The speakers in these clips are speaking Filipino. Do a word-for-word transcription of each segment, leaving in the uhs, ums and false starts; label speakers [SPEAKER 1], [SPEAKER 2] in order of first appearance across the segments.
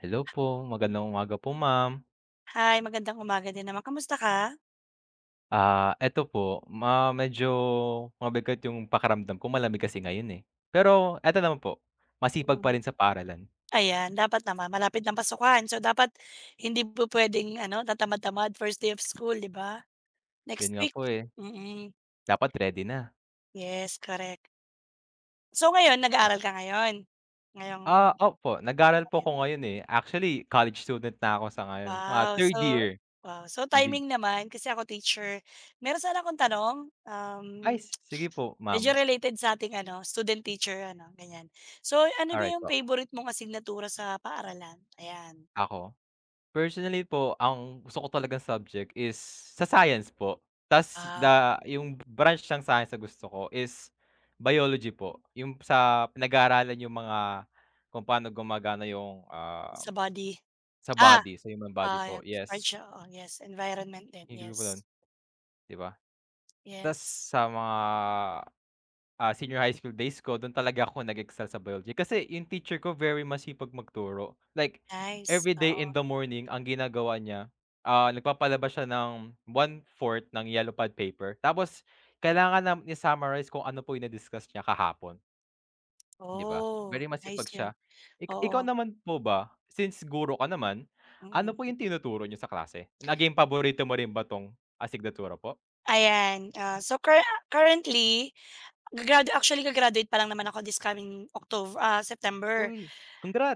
[SPEAKER 1] Hello po, magandang umaga po ma'am.
[SPEAKER 2] Hi, magandang umaga din naman. Kamusta ka?
[SPEAKER 1] Ah, eto po, ma medyo mabigat yung pakiramdam ko, malamig kasi ngayon, eh. Pero eto naman po, masipag pa
[SPEAKER 2] Hmm.
[SPEAKER 1] rin sa paaralan.
[SPEAKER 2] Ayan, dapat naman malapit ng pasukan. So, dapat hindi pupuwedeng ano, tatamad-tamad first day of school, 'di ba?
[SPEAKER 1] Yun
[SPEAKER 2] Next
[SPEAKER 1] nga
[SPEAKER 2] week.
[SPEAKER 1] po, eh,
[SPEAKER 2] Mm.
[SPEAKER 1] dapat ready na.
[SPEAKER 2] Yes, correct. So, ngayon nag-aaral ka ngayon? Ngayong
[SPEAKER 1] Ah, opo, nag-aaral po
[SPEAKER 2] Ayan.
[SPEAKER 1] ako ngayon, eh. Actually, college student na ako sa ngayon, mga
[SPEAKER 2] Wow,
[SPEAKER 1] three
[SPEAKER 2] so
[SPEAKER 1] year.
[SPEAKER 2] wow. So,
[SPEAKER 1] Engin
[SPEAKER 2] timing naman kasi ako teacher. Meron sana akong tanong, um,
[SPEAKER 1] ay s- sige po ma'am,
[SPEAKER 2] medyo related sa ating ano, student-teacher ano, ganyan. So, ano ba
[SPEAKER 1] alright
[SPEAKER 2] yung
[SPEAKER 1] po,
[SPEAKER 2] favorite mong asignatura sa paaralan? Ayan.
[SPEAKER 1] ako. Personally po, ang gusto ko talagang subject is sa science po. Tas
[SPEAKER 2] Wow.
[SPEAKER 1] da yung branch ng science na gusto ko is biology po. Yung sa pinag-aaralan yung mga kung paano gumagana yung, ah,
[SPEAKER 2] Sa body.
[SPEAKER 1] sa
[SPEAKER 2] Ah,
[SPEAKER 1] body, sa human body
[SPEAKER 2] oo,
[SPEAKER 1] po,
[SPEAKER 2] yan part
[SPEAKER 1] yes.
[SPEAKER 2] siya, oo, yes, environment din,
[SPEAKER 1] Agree po dun,
[SPEAKER 2] yes.
[SPEAKER 1] 'di ba? Tas
[SPEAKER 2] Yes,
[SPEAKER 1] sa mga Ah, senior high school days ko dun talaga ako nag-excel sa biology kasi yung teacher ko very masipag magturo. Like
[SPEAKER 2] nice,
[SPEAKER 1] every day
[SPEAKER 2] oo.
[SPEAKER 1] in the morning ang ginagawa niya, ah, nagpapalabas siya ng one fourth ng yellow pad paper tapos kailangan na ni summarize kung ano po yung na-discuss niya kahapon, 'di ba?
[SPEAKER 2] Oh,
[SPEAKER 1] Very
[SPEAKER 2] nice
[SPEAKER 1] masipag
[SPEAKER 2] yun,
[SPEAKER 1] siya. Ik ikaw
[SPEAKER 2] oo,
[SPEAKER 1] naman po ba, since guro ka naman, ano po
[SPEAKER 2] mm.
[SPEAKER 1] yung tinuturo niyo sa klase? Naging paborito mo rin ba 'tong asignatura po?
[SPEAKER 2] Ayan, ah, so cur currently gagradu actually ga-graduate pa lang naman ako this coming October ah, September.
[SPEAKER 1] Uy,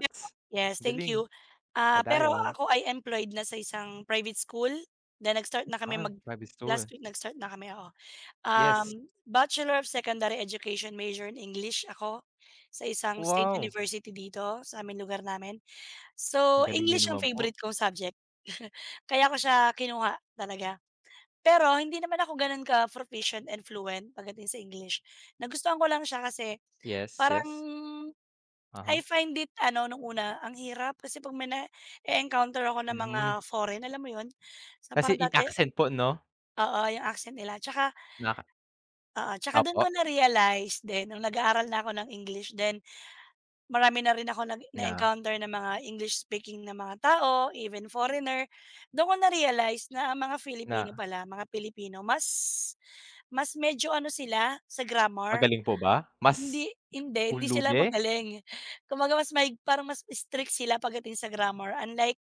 [SPEAKER 2] Pero yes,
[SPEAKER 1] Ang
[SPEAKER 2] thank
[SPEAKER 1] galing,
[SPEAKER 2] you. Ah, pero
[SPEAKER 1] padayon.
[SPEAKER 2] ako ay employed na sa isang private school, na nag-start na kami
[SPEAKER 1] Ah,
[SPEAKER 2] mag
[SPEAKER 1] private
[SPEAKER 2] last
[SPEAKER 1] store.
[SPEAKER 2] week nag-start na kami, oo.
[SPEAKER 1] Yes.
[SPEAKER 2] Um, Bachelor of Secondary Education major in English ako, sa isang state
[SPEAKER 1] Wow!
[SPEAKER 2] university dito sa aming lugar namin.
[SPEAKER 1] Ang
[SPEAKER 2] So,
[SPEAKER 1] galing niyo
[SPEAKER 2] English ang
[SPEAKER 1] naman po.
[SPEAKER 2] favorite kong subject. Kaya ko siya kinuha talaga. Pero hindi naman ako gano'n ka-proficient and fluent pagdating sa English. Nagustuhan ko lang siya kasi
[SPEAKER 1] Yes,
[SPEAKER 2] parang
[SPEAKER 1] yes.
[SPEAKER 2] I
[SPEAKER 1] Uh-huh.
[SPEAKER 2] find it ano nung una, ang hirap kasi 'pag may na encounter ako ng mga
[SPEAKER 1] Mm.
[SPEAKER 2] foreign, alam mo 'yun? Sa
[SPEAKER 1] Kasi
[SPEAKER 2] parang
[SPEAKER 1] in
[SPEAKER 2] dati,
[SPEAKER 1] accent po 'no?
[SPEAKER 2] oo, yung accent nila. Tsaka
[SPEAKER 1] Na
[SPEAKER 2] Oo, tsaka do'n ko
[SPEAKER 1] opo,
[SPEAKER 2] na-realize din nung nag-aaral na ako ng English, then marami na rin ako nag
[SPEAKER 1] na
[SPEAKER 2] na-encounter ng mga English speaking na mga tao, even foreigner. Do'n ko na-realize na ang mga Filipino
[SPEAKER 1] na
[SPEAKER 2] pala, mga Pilipino mas mas medyo ano sila sa grammar.
[SPEAKER 1] magaling po ba?
[SPEAKER 2] Hindi,
[SPEAKER 1] Mas
[SPEAKER 2] hindi, hindi sila
[SPEAKER 1] huluge?
[SPEAKER 2] magaling. Kumbaga mas mahig parang mas strict sila pagdating sa grammar, unlike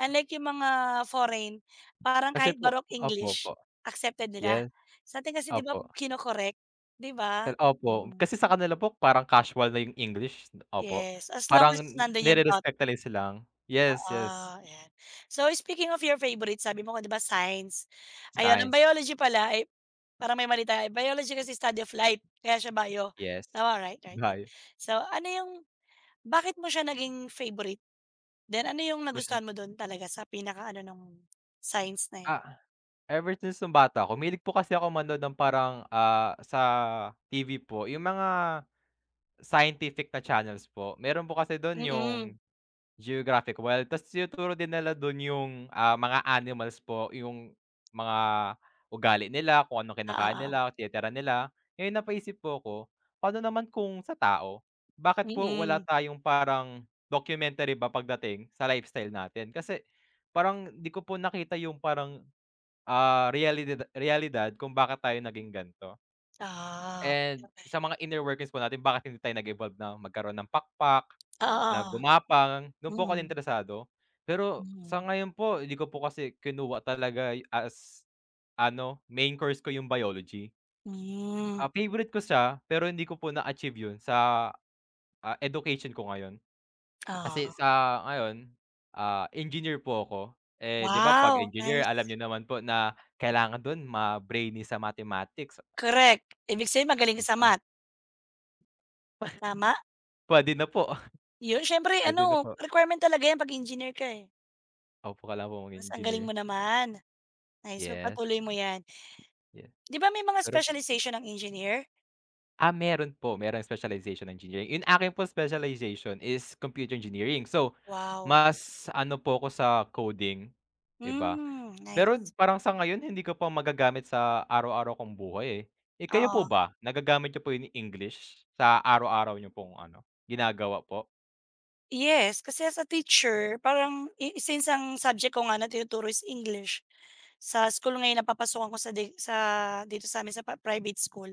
[SPEAKER 2] unlike yung mga foreign, parang
[SPEAKER 1] Kasi
[SPEAKER 2] kahit
[SPEAKER 1] po
[SPEAKER 2] Baroque
[SPEAKER 1] opo, opo.
[SPEAKER 2] English accepted nila.
[SPEAKER 1] Yes,
[SPEAKER 2] Sa'tin kasi 'di ba
[SPEAKER 1] opo.
[SPEAKER 2] kino-correct, 'di ba?
[SPEAKER 1] Kal Opo,
[SPEAKER 2] Hmm,
[SPEAKER 1] kasi sa kanila po parang casual na yung English, opo.
[SPEAKER 2] yes, as long
[SPEAKER 1] Parang
[SPEAKER 2] as nandun yung thought,
[SPEAKER 1] nire-respect nila yung slang. Yes,
[SPEAKER 2] oo,
[SPEAKER 1] yes.
[SPEAKER 2] ayan. So, speaking of your favorite sabi mo ko 'di ba science, ayun ang
[SPEAKER 1] Science,
[SPEAKER 2] biology pala ay parang may mali tayo, biology kasi study of life kaya siya bio,
[SPEAKER 1] yes.
[SPEAKER 2] tama, right, right, yun.
[SPEAKER 1] Bio.
[SPEAKER 2] So ano yung Bakit mo siya naging favorite? Then ano yung
[SPEAKER 1] Basta
[SPEAKER 2] nagustuhan mo dun talaga sa pinakaano nung science na yun?
[SPEAKER 1] Ah Ever since nung bata ako mahilig po kasi ako manood ng parang, ah, sa T V po yung mga scientific na channels po. Meron po kasi dun
[SPEAKER 2] Mm.
[SPEAKER 1] yung Geographic World ta's tinuturo din nila dun yung, ah, mga animals po, yung mga ugali nila, kung anong kinakain
[SPEAKER 2] ah oo.
[SPEAKER 1] nila, tinitira nila. Ngayon napaisip po ako, paano naman kung sa tao? Bakit po wala
[SPEAKER 2] Mm.
[SPEAKER 1] tayong parang documentary ba pagdating sa lifestyle natin? Kasi parang di ko po nakita yung parang ah, realidad realidad kung bakit tayo naging gan'to.
[SPEAKER 2] Ah,
[SPEAKER 1] And
[SPEAKER 2] okey.
[SPEAKER 1] sa mga inner workings po natin bakit hindi tayo nag-evolve na magkaroon ng pakpak, na
[SPEAKER 2] Oo,
[SPEAKER 1] gumapang, do'n po ako
[SPEAKER 2] mm.
[SPEAKER 1] interesado. Pero sa
[SPEAKER 2] Mm.
[SPEAKER 1] ngayon po hindi ko po kasi kinuha talaga y- as ano, main course ko yung biology.
[SPEAKER 2] Hmm,
[SPEAKER 1] Ah, favorite ko siya pero hindi ko po na-achieve yun sa, ah, education ko ngayon. Kasi
[SPEAKER 2] oo.
[SPEAKER 1] sa ngayon, ah, engineer po ako. Eh, 'di ba 'pag
[SPEAKER 2] Wow,
[SPEAKER 1] engineer alam
[SPEAKER 2] nice.
[SPEAKER 1] niyo naman po na kailangan dun ma-brainy sa mathematics,
[SPEAKER 2] Correct. Ibig sabihin magaling
[SPEAKER 1] 'di
[SPEAKER 2] ka sa
[SPEAKER 1] ba?
[SPEAKER 2] math, tama?
[SPEAKER 1] Puwede na po,
[SPEAKER 2] Yun siyempre
[SPEAKER 1] puwede
[SPEAKER 2] ano,
[SPEAKER 1] na po.
[SPEAKER 2] requirement talaga yan 'pag engineer ka, eh.
[SPEAKER 1] Opo, kailangan po
[SPEAKER 2] Mas ang galing
[SPEAKER 1] mag-engineer.
[SPEAKER 2] mo naman. Nice,
[SPEAKER 1] Yes,
[SPEAKER 2] pagpatuloy mo yan.
[SPEAKER 1] yes.
[SPEAKER 2] 'Di ba may mga
[SPEAKER 1] Pero
[SPEAKER 2] specialization ang engineer?
[SPEAKER 1] ah, meron po, merong specialization ng engineering. Yung akin po specialization is computer engineering. So,
[SPEAKER 2] Wow.
[SPEAKER 1] mas ano po ako sa coding, 'di ba?
[SPEAKER 2] Hmm,
[SPEAKER 1] Pero
[SPEAKER 2] nice.
[SPEAKER 1] parang sa ngayon hindi ko pa magagamit sa araw-araw kong buhay, eh. Eh, kayo po
[SPEAKER 2] Oo.
[SPEAKER 1] ba nagagamit niyo po yung English sa araw-araw niyo pong ano, ginagawa po,
[SPEAKER 2] Yes, kasi as a teacher parang i since ang subject ko nga na tinuturo is English, sa school ngayon napapasokan ko sa di sa dito sa'min sa pa private school,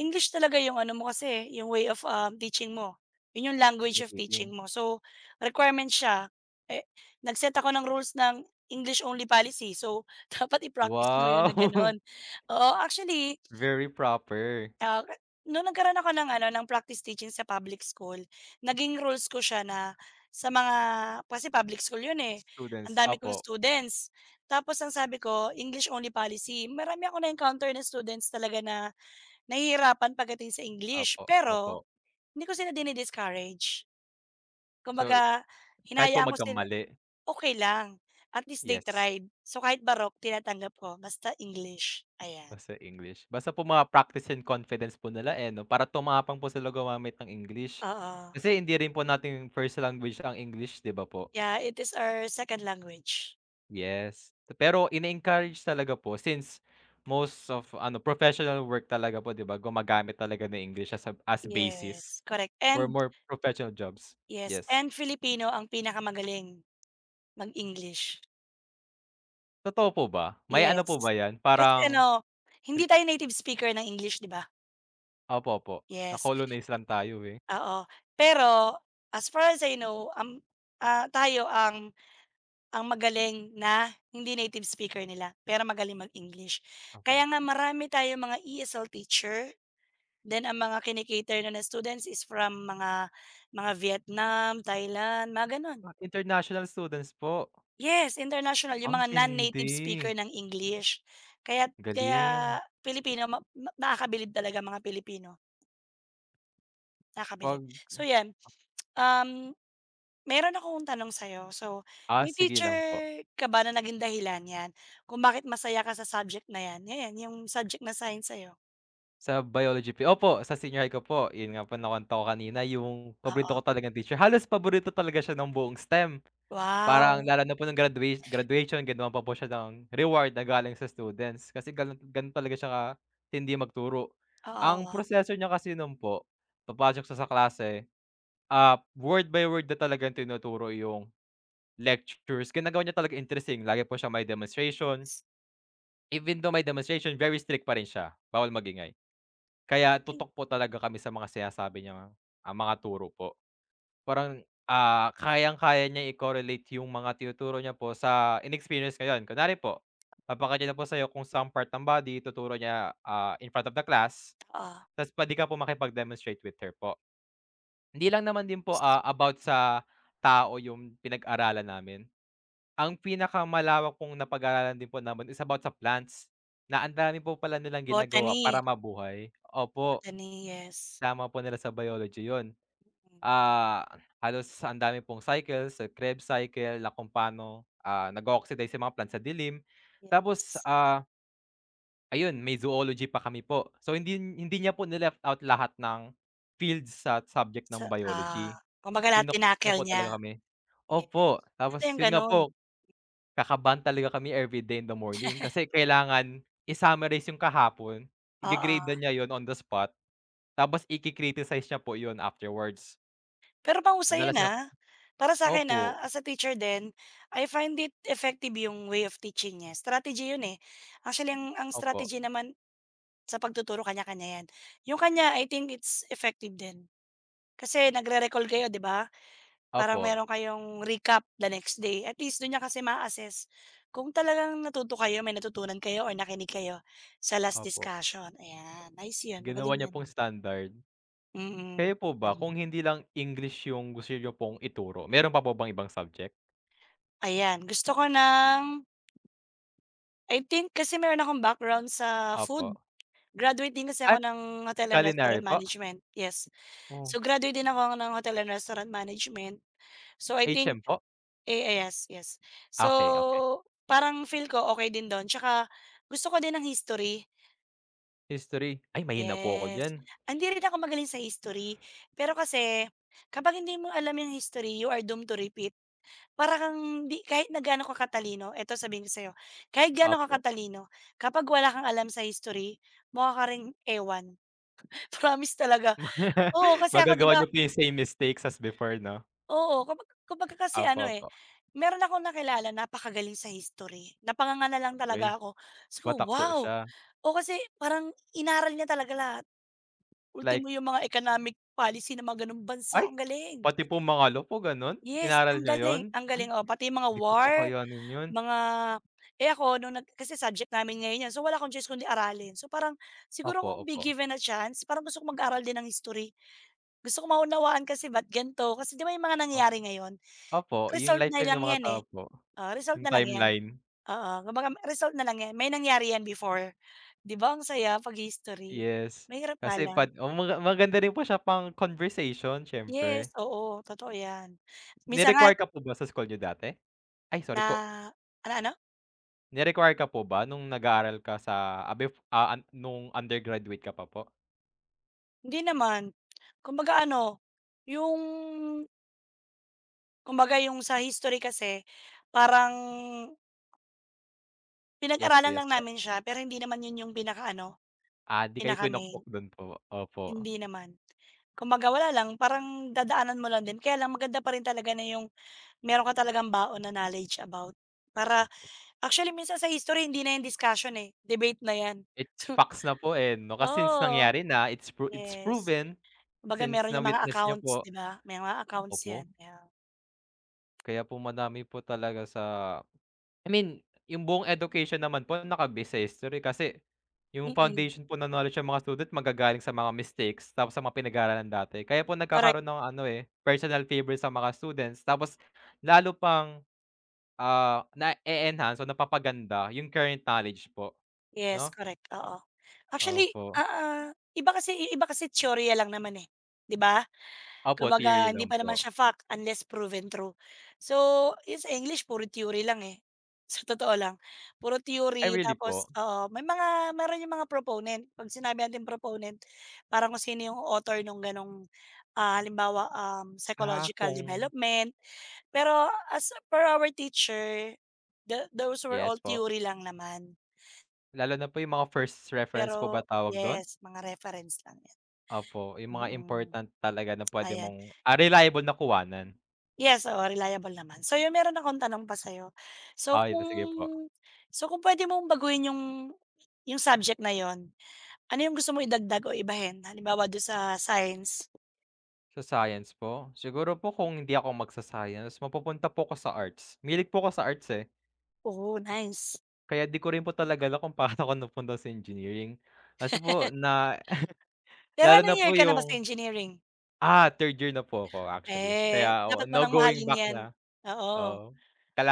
[SPEAKER 2] English talaga yung ano mo kasi, yung way of, um, teaching mo. Yun yung language of teaching
[SPEAKER 1] communicating?
[SPEAKER 2] mo. So, requirement siya, eh, nag ako ng rules ng English only policy. So, dapat i-practice mo yun na
[SPEAKER 1] Wow,
[SPEAKER 2] gano'n. Oo, actually,
[SPEAKER 1] very proper
[SPEAKER 2] Ah, nung nagkaroon ako ng ano, ng practice teaching sa public school, naging rules ko siya na sa mga kasi public school 'yun, eh, ang
[SPEAKER 1] students.
[SPEAKER 2] dami kong
[SPEAKER 1] Opo,
[SPEAKER 2] students. Tapos ang sabi ko, English only policy. Marami ako na-encounter na students talaga na nahihirapan pagdating sa English,
[SPEAKER 1] opo, opo.
[SPEAKER 2] pero hindi ko sila dini-discourage.
[SPEAKER 1] So,
[SPEAKER 2] Kumbaga,
[SPEAKER 1] kahit po
[SPEAKER 2] hinahayaan ko sila,
[SPEAKER 1] magkamali,
[SPEAKER 2] okay lang, at least they
[SPEAKER 1] yes,
[SPEAKER 2] tried. So, kahit Baroque tinatanggap ko basta English, ayan.
[SPEAKER 1] basta English. Basta po ma-practice and confidence po nila, eh, 'no, para tumapang po sila gumamit ng English.
[SPEAKER 2] Oo.
[SPEAKER 1] Kasi hindi rin po nating first language ang English, 'di ba po?
[SPEAKER 2] Yeah, it is our second language.
[SPEAKER 1] Yes. Pero ine-encourage talaga po since most of ano, professional work talaga po 'di ba, gumagamit talaga ng English as a as basis
[SPEAKER 2] Yes, correct,
[SPEAKER 1] for
[SPEAKER 2] and
[SPEAKER 1] more professional jobs.
[SPEAKER 2] yes,
[SPEAKER 1] Yes.
[SPEAKER 2] and Filipino ang pinakamagaling mag-English.
[SPEAKER 1] Totoo po ba? May ano po ba
[SPEAKER 2] Yes,
[SPEAKER 1] 'yan,
[SPEAKER 2] kasi
[SPEAKER 1] parang
[SPEAKER 2] ano,
[SPEAKER 1] re
[SPEAKER 2] hindi tayo native speaker ng English, 'di ba?
[SPEAKER 1] opo, opo.
[SPEAKER 2] Yes,
[SPEAKER 1] Na-colonize lang tayo, eh.
[SPEAKER 2] oo. Pero as far as I know, um, ah, tayo ang ang magaling na hindi native speaker nila, pero magaling mag-English. Kaya
[SPEAKER 1] Opo.
[SPEAKER 2] nga marami tayong mga E S L teacher, then ang mga kini na na students is from mga mga Vietnam, Thailand, mga gano'n.
[SPEAKER 1] Ah, international students po.
[SPEAKER 2] Yes, international yung
[SPEAKER 1] Ang
[SPEAKER 2] mga
[SPEAKER 1] tindi,
[SPEAKER 2] non-native speaker ng English. Kaya kaya
[SPEAKER 1] galing.
[SPEAKER 2] Pilipino ma ma nakakabilib talaga mga Pilipino, nakakabilib.
[SPEAKER 1] 'Pag
[SPEAKER 2] So 'yan, um, meron akong tanong sa'yo. So,
[SPEAKER 1] ah,
[SPEAKER 2] may
[SPEAKER 1] sige
[SPEAKER 2] teacher
[SPEAKER 1] lang po.
[SPEAKER 2] ka ba na naging dahilan 'yan kung bakit masaya ka sa subject na 'yan? 'Yan, yung subject na science sa'yo?
[SPEAKER 1] Sa biology po opo, sa senior high ko po, yun nga po nakwento ko kanina yung paborito
[SPEAKER 2] Oo.
[SPEAKER 1] ko talagang teacher, halos paborito talaga siya ng buong STEM. Parang
[SPEAKER 2] Wow!
[SPEAKER 1] lalo na po ng gradua graduation ginawan pa po siya ng reward na galing sa students kasi ganun ganun talaga siya katindi magturo. Ang
[SPEAKER 2] Oo,
[SPEAKER 1] proseso niya kasi nun po, papasok siya sa klase, ah, word by word na talagang tinuturo yung lectures, ginagawa niya talaga interesting, lagi po siyang may demonstration, even though may demonstration very strict pa rin siya, bawal magingay. Kaya
[SPEAKER 2] hmm,
[SPEAKER 1] tutok po talaga kami sa mga sinasabi niyang, ah, mga turo po. Parang, ah, kayang-kaya niya i-correlate yung mga tinuturo niya po sa in-experience ko yun. Kunwari po, papakita niya po sa'yo kung saang part ng body ituturo niya, ah, in front of the class,
[SPEAKER 2] oo.
[SPEAKER 1] ta's puwede ka po makipag-demonstrate with her po. Hindi lang naman din po, ah, about sa tao yung pinag-aralan namin. Ang pinakamalawak pong napag-aralan din po namin is about sa plants, na ang dami po pala nilang ginagawa
[SPEAKER 2] Botany,
[SPEAKER 1] para mabuhay. Opo,
[SPEAKER 2] Botany, yes.
[SPEAKER 1] tama po nila sa biology yun.
[SPEAKER 2] Hmm,
[SPEAKER 1] Ah, halos ang dami pong cycles, sa Krebs cycle na kung paano, ah, nag oxidize yung mga plants sa dilim. Tapos,
[SPEAKER 2] yes.
[SPEAKER 1] ah, ayun may zoology pa kami po. So hindi hindi niya po ni out lahat ng fields sa subject
[SPEAKER 2] Sa
[SPEAKER 1] ng
[SPEAKER 2] ah,
[SPEAKER 1] biology.
[SPEAKER 2] Kumbaga na
[SPEAKER 1] Pinokpok niya
[SPEAKER 2] tinackle
[SPEAKER 1] po
[SPEAKER 2] niya.
[SPEAKER 1] talaga kami.
[SPEAKER 2] Yes,
[SPEAKER 1] Opo, tapos
[SPEAKER 2] maganda yung
[SPEAKER 1] yun nga
[SPEAKER 2] gano'n,
[SPEAKER 1] po, kakabahan talaga kami everyday in the morning kasi kailangan i-summarize yung kahapon, i grade na
[SPEAKER 2] oo.
[SPEAKER 1] niya yun on the spot, tapos iki-criticize niya po yun afterwards.
[SPEAKER 2] Pero mahusay
[SPEAKER 1] Madalas
[SPEAKER 2] yun,
[SPEAKER 1] nga
[SPEAKER 2] ah. Para sa'kin,
[SPEAKER 1] opo,
[SPEAKER 2] ah, as a teacher din, I find it effective yung way of teaching niya, strategy yun, eh. Actually ang ang
[SPEAKER 1] opo,
[SPEAKER 2] strategy naman sa pagtuturo kanya-kanya yan. Yung kanya I think it's effective din. Kasi nagre-recall kayo 'di ba? Parang
[SPEAKER 1] opo,
[SPEAKER 2] meron kayong recap the next day, at least dun niya kasi ma-assess kung talagang natuto kayo, may natutunan kayo or nakinig kayo sa last
[SPEAKER 1] opo.
[SPEAKER 2] discussion, ayan. Nice yun,
[SPEAKER 1] Ginawa
[SPEAKER 2] magaling
[SPEAKER 1] niya
[SPEAKER 2] yan.
[SPEAKER 1] pong standard. Kayo
[SPEAKER 2] Mm,
[SPEAKER 1] po ba
[SPEAKER 2] galing
[SPEAKER 1] kung
[SPEAKER 2] yan.
[SPEAKER 1] hindi lang English yung gusto niyo pong ituro, meron pa po bang ibang subject?
[SPEAKER 2] Ayan, gusto ko ng I think kasi meron akong background sa
[SPEAKER 1] Opo.
[SPEAKER 2] food. Graduate din kasi ako
[SPEAKER 1] At
[SPEAKER 2] ng Hotel and
[SPEAKER 1] culinary
[SPEAKER 2] Restaurant
[SPEAKER 1] po?
[SPEAKER 2] Management, yes.
[SPEAKER 1] Oh,
[SPEAKER 2] So, graduate din ako ng Hotel and Restaurant Management. So, I think
[SPEAKER 1] H M po?
[SPEAKER 2] eh, eh, yes, yes.
[SPEAKER 1] Okey, okey.
[SPEAKER 2] So, parang feel ko okay din dun tsaka gusto ko din ng history,
[SPEAKER 1] History? Ay mahina po ako
[SPEAKER 2] yes.
[SPEAKER 1] diyan.
[SPEAKER 2] Hindi rin ako magaling sa history, pero kasi kapag hindi mo alam yung history, you are doomed to repeat. Para kang di kahit na gaano ka katalino, eto sabihin ko sa'yo, kahit gaano ka
[SPEAKER 1] Opo.
[SPEAKER 2] katalino, kapag wala kang alam sa history, mukha ka ring ewan. Promise talaga. Oo, kasi ako 'di
[SPEAKER 1] Magagawa
[SPEAKER 2] ba,
[SPEAKER 1] niyo po yung same mistakes as before 'no?
[SPEAKER 2] oo, kumba kumbaga kasi
[SPEAKER 1] Opo,
[SPEAKER 2] ano, eh,
[SPEAKER 1] opo.
[SPEAKER 2] meron akong nakilala napakagaling sa history, napanganga lang
[SPEAKER 1] Okey.
[SPEAKER 2] talaga ako. Sabi ko,
[SPEAKER 1] Watak po
[SPEAKER 2] "Wow!"
[SPEAKER 1] siya.
[SPEAKER 2] Oo, kasi parang inaral niya talaga lahat, ultimo
[SPEAKER 1] Like,
[SPEAKER 2] yung mga economic policy ng mga gano'ng
[SPEAKER 1] ay
[SPEAKER 2] bansa, ang galing.
[SPEAKER 1] pati po mga law po gano'n?
[SPEAKER 2] Yes,
[SPEAKER 1] Inaral
[SPEAKER 2] ang
[SPEAKER 1] niyo 'yun?
[SPEAKER 2] galing, ang
[SPEAKER 1] Ay,
[SPEAKER 2] galing, oo, pati yung mga
[SPEAKER 1] 'di ko
[SPEAKER 2] war.
[SPEAKER 1] kakayanin 'yun.
[SPEAKER 2] Mga eh, ako nung nag kasi subject namin ngayon 'yan, so wala akong choice kundi aralin. So parang siguro
[SPEAKER 1] Opo,
[SPEAKER 2] kung be
[SPEAKER 1] opo.
[SPEAKER 2] given a chance, parang gusto kong mag-aral din ng history. Gusto ko maunawaan kasi ba't ganito, kasi 'di ba yung mga
[SPEAKER 1] Op
[SPEAKER 2] nangyayari ngayon,
[SPEAKER 1] Opo, yung
[SPEAKER 2] result na
[SPEAKER 1] lifeline
[SPEAKER 2] lang
[SPEAKER 1] ng mga
[SPEAKER 2] 'yan,
[SPEAKER 1] tao
[SPEAKER 2] eh.
[SPEAKER 1] po,
[SPEAKER 2] Oo, result
[SPEAKER 1] yung
[SPEAKER 2] na lang 'yan.
[SPEAKER 1] timeline.
[SPEAKER 2] Oo, kumbaga result na lang 'yan, may nangyari 'yan before. 'Di ba ang saya 'pag history?
[SPEAKER 1] Yes,
[SPEAKER 2] Mahirap nga
[SPEAKER 1] kasi
[SPEAKER 2] lang.
[SPEAKER 1] pad o maga maganda rin po siya pang conversation
[SPEAKER 2] Yes,
[SPEAKER 1] siyempre.
[SPEAKER 2] oo, totoo 'yan. Minsan nga
[SPEAKER 1] Ni-require ka po ba sa school niyo dati? Ay sorry
[SPEAKER 2] na
[SPEAKER 1] po,
[SPEAKER 2] ano, ano?
[SPEAKER 1] ni-require ka po ba nung nag-aaral ka sa, ah, bef ah, an nung undergraduate ka pa po?
[SPEAKER 2] Hindi naman. Kumbaga ano, yung Kumbaga yung sa history kasi parang
[SPEAKER 1] Yes po,
[SPEAKER 2] pinag-aralan
[SPEAKER 1] yes
[SPEAKER 2] lang
[SPEAKER 1] po.
[SPEAKER 2] namin siya pero hindi naman yun yung pinaka-ano,
[SPEAKER 1] Ah, 'di kayo
[SPEAKER 2] pinaka-main,
[SPEAKER 1] pinukpok dun po, opo,
[SPEAKER 2] hindi naman. Kumbaga wala lang, parang dadaanan mo lang din kaya lang maganda pa rin talaga na yung meron ka talagang baon na knowledge about para
[SPEAKER 1] opo.
[SPEAKER 2] actually minsan sa history hindi na yan discussion, eh, debate na yan.
[SPEAKER 1] It's facts na po, eh, 'no, kasi since
[SPEAKER 2] Oo,
[SPEAKER 1] nangyari na, it's pro it's
[SPEAKER 2] yes.
[SPEAKER 1] proven,
[SPEAKER 2] Kumbaga
[SPEAKER 1] since
[SPEAKER 2] meron yung mga
[SPEAKER 1] na-witness niyo
[SPEAKER 2] accounts,
[SPEAKER 1] po,
[SPEAKER 2] 'di ba? May mga accounts
[SPEAKER 1] opo.
[SPEAKER 2] yan, kaya
[SPEAKER 1] Kaya po madami po talaga sa I mean, yung buong education naman po nakabase sa history kasi yung
[SPEAKER 2] mm,
[SPEAKER 1] foundation po ng knowledge ng mga student magagaling sa mga mistakes tapos sa mga pinag-aralan dati. Kaya po
[SPEAKER 2] correct.
[SPEAKER 1] nagkakaroon ng ano, eh, personal favor sa mga students tapos lalo pang, ah, na enhance o napapaganda yung current knowledge po,
[SPEAKER 2] Yes,
[SPEAKER 1] 'no?
[SPEAKER 2] correct, oo. Actually,
[SPEAKER 1] Opo.
[SPEAKER 2] ah, ah, iba kasi iba kasi tyorya lang naman, eh, 'di ba?
[SPEAKER 1] Opo, theory
[SPEAKER 2] Kumbaga hindi
[SPEAKER 1] lang
[SPEAKER 2] pa naman
[SPEAKER 1] po.
[SPEAKER 2] siya fact unless proven true. So, yun sa English puro theory lang, eh, sa totoo lang. Puro
[SPEAKER 1] Ay,
[SPEAKER 2] theory
[SPEAKER 1] really po?
[SPEAKER 2] tapos oo, may mga meron yung mga proponent. 'Pag sinabi nating proponent, parang kung sino yung author nung ganong, ah, halimbawa, um,
[SPEAKER 1] Ah,
[SPEAKER 2] psychological
[SPEAKER 1] kung
[SPEAKER 2] development. Pero as per our teacher, the those were
[SPEAKER 1] yes
[SPEAKER 2] all
[SPEAKER 1] po.
[SPEAKER 2] theory lang naman.
[SPEAKER 1] Lalo na po yung mga first reference po ba
[SPEAKER 2] Pero
[SPEAKER 1] tawag dun?
[SPEAKER 2] yes, mga reference lang 'yan,
[SPEAKER 1] Opo, yung mga
[SPEAKER 2] mm.
[SPEAKER 1] important talaga na puwede
[SPEAKER 2] Ayan,
[SPEAKER 1] mong, ah, reliable na kuhanan.
[SPEAKER 2] yes, oo, reliable naman. So 'yun, meron akong tanong pa sa'yo. So
[SPEAKER 1] Ay,
[SPEAKER 2] kung
[SPEAKER 1] sige po.
[SPEAKER 2] so kung puwede mong baguhin yung yung subject na yon, ano yung gusto mo idagdag o ibahin? Halimbawa do'n sa science.
[SPEAKER 1] Sa science po, siguro po kung hindi ako magsa-science mapupunta po ako sa arts. Mahilig po ako sa arts, eh,
[SPEAKER 2] Oh, nice.
[SPEAKER 1] kaya di ko rin po talaga alam kung paano ako napunta sa engineering. Kasi po na
[SPEAKER 2] Pero
[SPEAKER 1] lalo na
[SPEAKER 2] anong year
[SPEAKER 1] po
[SPEAKER 2] ka na ba sa
[SPEAKER 1] yung
[SPEAKER 2] engineering?
[SPEAKER 1] ah, third year na po ako actually.
[SPEAKER 2] Eh,
[SPEAKER 1] Kaya oo,
[SPEAKER 2] dapat mo
[SPEAKER 1] no
[SPEAKER 2] nang
[SPEAKER 1] going
[SPEAKER 2] mahalin
[SPEAKER 1] back
[SPEAKER 2] 'yan.
[SPEAKER 1] na,
[SPEAKER 2] Oo,
[SPEAKER 1] oo.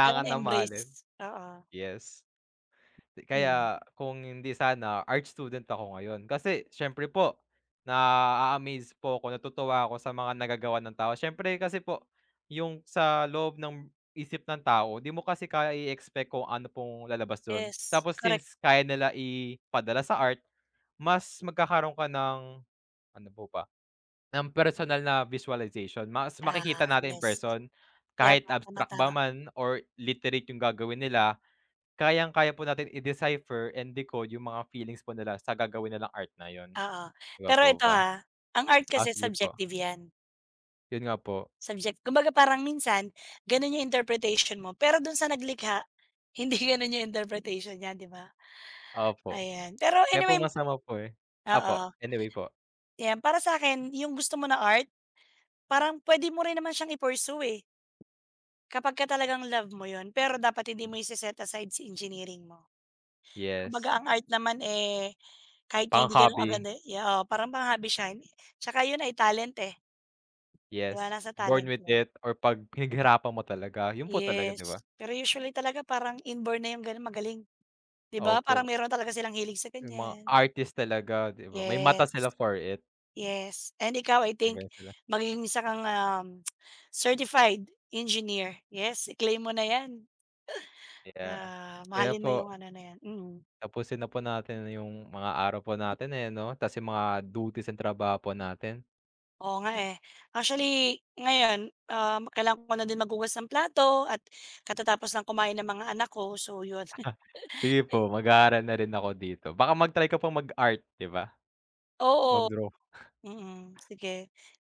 [SPEAKER 2] kaya mo
[SPEAKER 1] na mahalin,
[SPEAKER 2] na-embrace. Oo,
[SPEAKER 1] yes.
[SPEAKER 2] mm,
[SPEAKER 1] Kaya kung hindi sana art student ako ngayon. Kasi siyempre po na amaze po ako, natutuwa ako sa mga nagagawa ng tao. Siyempre kasi po yung sa loob ng isip ng tao, 'di mo kasi kaya i-expect kung ano pong lalabas dun.
[SPEAKER 2] yes,
[SPEAKER 1] Tapos
[SPEAKER 2] correct.
[SPEAKER 1] since kaya nila ipadala sa art, mas magkakaroon ka ng ano po pa ng personal na visualization. Mas
[SPEAKER 2] Ah,
[SPEAKER 1] makikita natin in
[SPEAKER 2] yes.
[SPEAKER 1] person
[SPEAKER 2] Yep,
[SPEAKER 1] kahit
[SPEAKER 2] tama,
[SPEAKER 1] abstract ba
[SPEAKER 2] tama.
[SPEAKER 1] man or literate yung gagawin nila. Kayang-kaya po natin i-decipher and decode yung mga feelings po nila sa gagawin nilang art na yun,
[SPEAKER 2] Oo.
[SPEAKER 1] 'di ba
[SPEAKER 2] Pero
[SPEAKER 1] po
[SPEAKER 2] ito,
[SPEAKER 1] ba?
[SPEAKER 2] ha, ang art kasi
[SPEAKER 1] Ah, sige po,
[SPEAKER 2] subjective 'yan,
[SPEAKER 1] yun nga po,
[SPEAKER 2] subject kumbaga parang minsan gano'n 'yung interpretation mo, pero do'n sa naglikha, hindi gano'n 'yung interpretation niya, 'di ba?
[SPEAKER 1] opo.
[SPEAKER 2] Ayan. Pero
[SPEAKER 1] Kaya po
[SPEAKER 2] anyway,
[SPEAKER 1] masama po, eh. Opo,
[SPEAKER 2] oo,
[SPEAKER 1] anyway po.
[SPEAKER 2] 'yan para sa akin, 'yung gusto mo na art, parang pwede mo rin naman siyang i-pursue, eh, kapagka talagang love mo 'yun, pero dapat hindi mo ise-set aside si engineering mo. Kumbaga
[SPEAKER 1] Yes,
[SPEAKER 2] ang art naman, eh, kahit nga hindi gano'n
[SPEAKER 1] pang-hobby,
[SPEAKER 2] kaganda, yeah, oo, parang pang-hobby siya, tsaka 'yun ay talent, eh, 'di ba,
[SPEAKER 1] yes,
[SPEAKER 2] nasa
[SPEAKER 1] born
[SPEAKER 2] talent
[SPEAKER 1] with
[SPEAKER 2] 'yun.
[SPEAKER 1] it or 'pag pinaghirapan mo talaga, yun po talaga,
[SPEAKER 2] Yes,
[SPEAKER 1] 'di ba?
[SPEAKER 2] pero usually talaga parang inborn na yung gano'n magaling, 'di ba? Parang
[SPEAKER 1] Opo,
[SPEAKER 2] meron talaga silang hilig sa
[SPEAKER 1] yung mga
[SPEAKER 2] ganyan.
[SPEAKER 1] artist talaga, 'di ba, may mata sila
[SPEAKER 2] Yes,
[SPEAKER 1] for it,
[SPEAKER 2] yes, and ikaw I
[SPEAKER 1] hanggang
[SPEAKER 2] think
[SPEAKER 1] sila
[SPEAKER 2] magiging isa kang, um, certified engineer. Yes, i-claim mo na 'yan,
[SPEAKER 1] yeah.
[SPEAKER 2] ah,
[SPEAKER 1] Kaya
[SPEAKER 2] mahalin mo
[SPEAKER 1] po,
[SPEAKER 2] yung ano na 'yan, mm.
[SPEAKER 1] tapusin na po natin yung mga araw po natin, eh, 'no, ta's yung mga duties and trabaho po natin.
[SPEAKER 2] Oo nga, eh. Actually ngayon, um, kailangan ko na din maghugas ng plato at katatapos lang kumain ng mga anak ko, so 'yun.
[SPEAKER 1] Sige po, mag-aaral na rin ako dito. Baka mag-try ka pang mag-art, 'di ba?
[SPEAKER 2] Oo.
[SPEAKER 1] Mag-draw.
[SPEAKER 2] Mm, sige.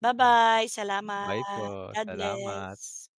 [SPEAKER 2] Ba-bye, salamat.
[SPEAKER 1] Bye po,
[SPEAKER 2] God
[SPEAKER 1] salamat.
[SPEAKER 2] bless.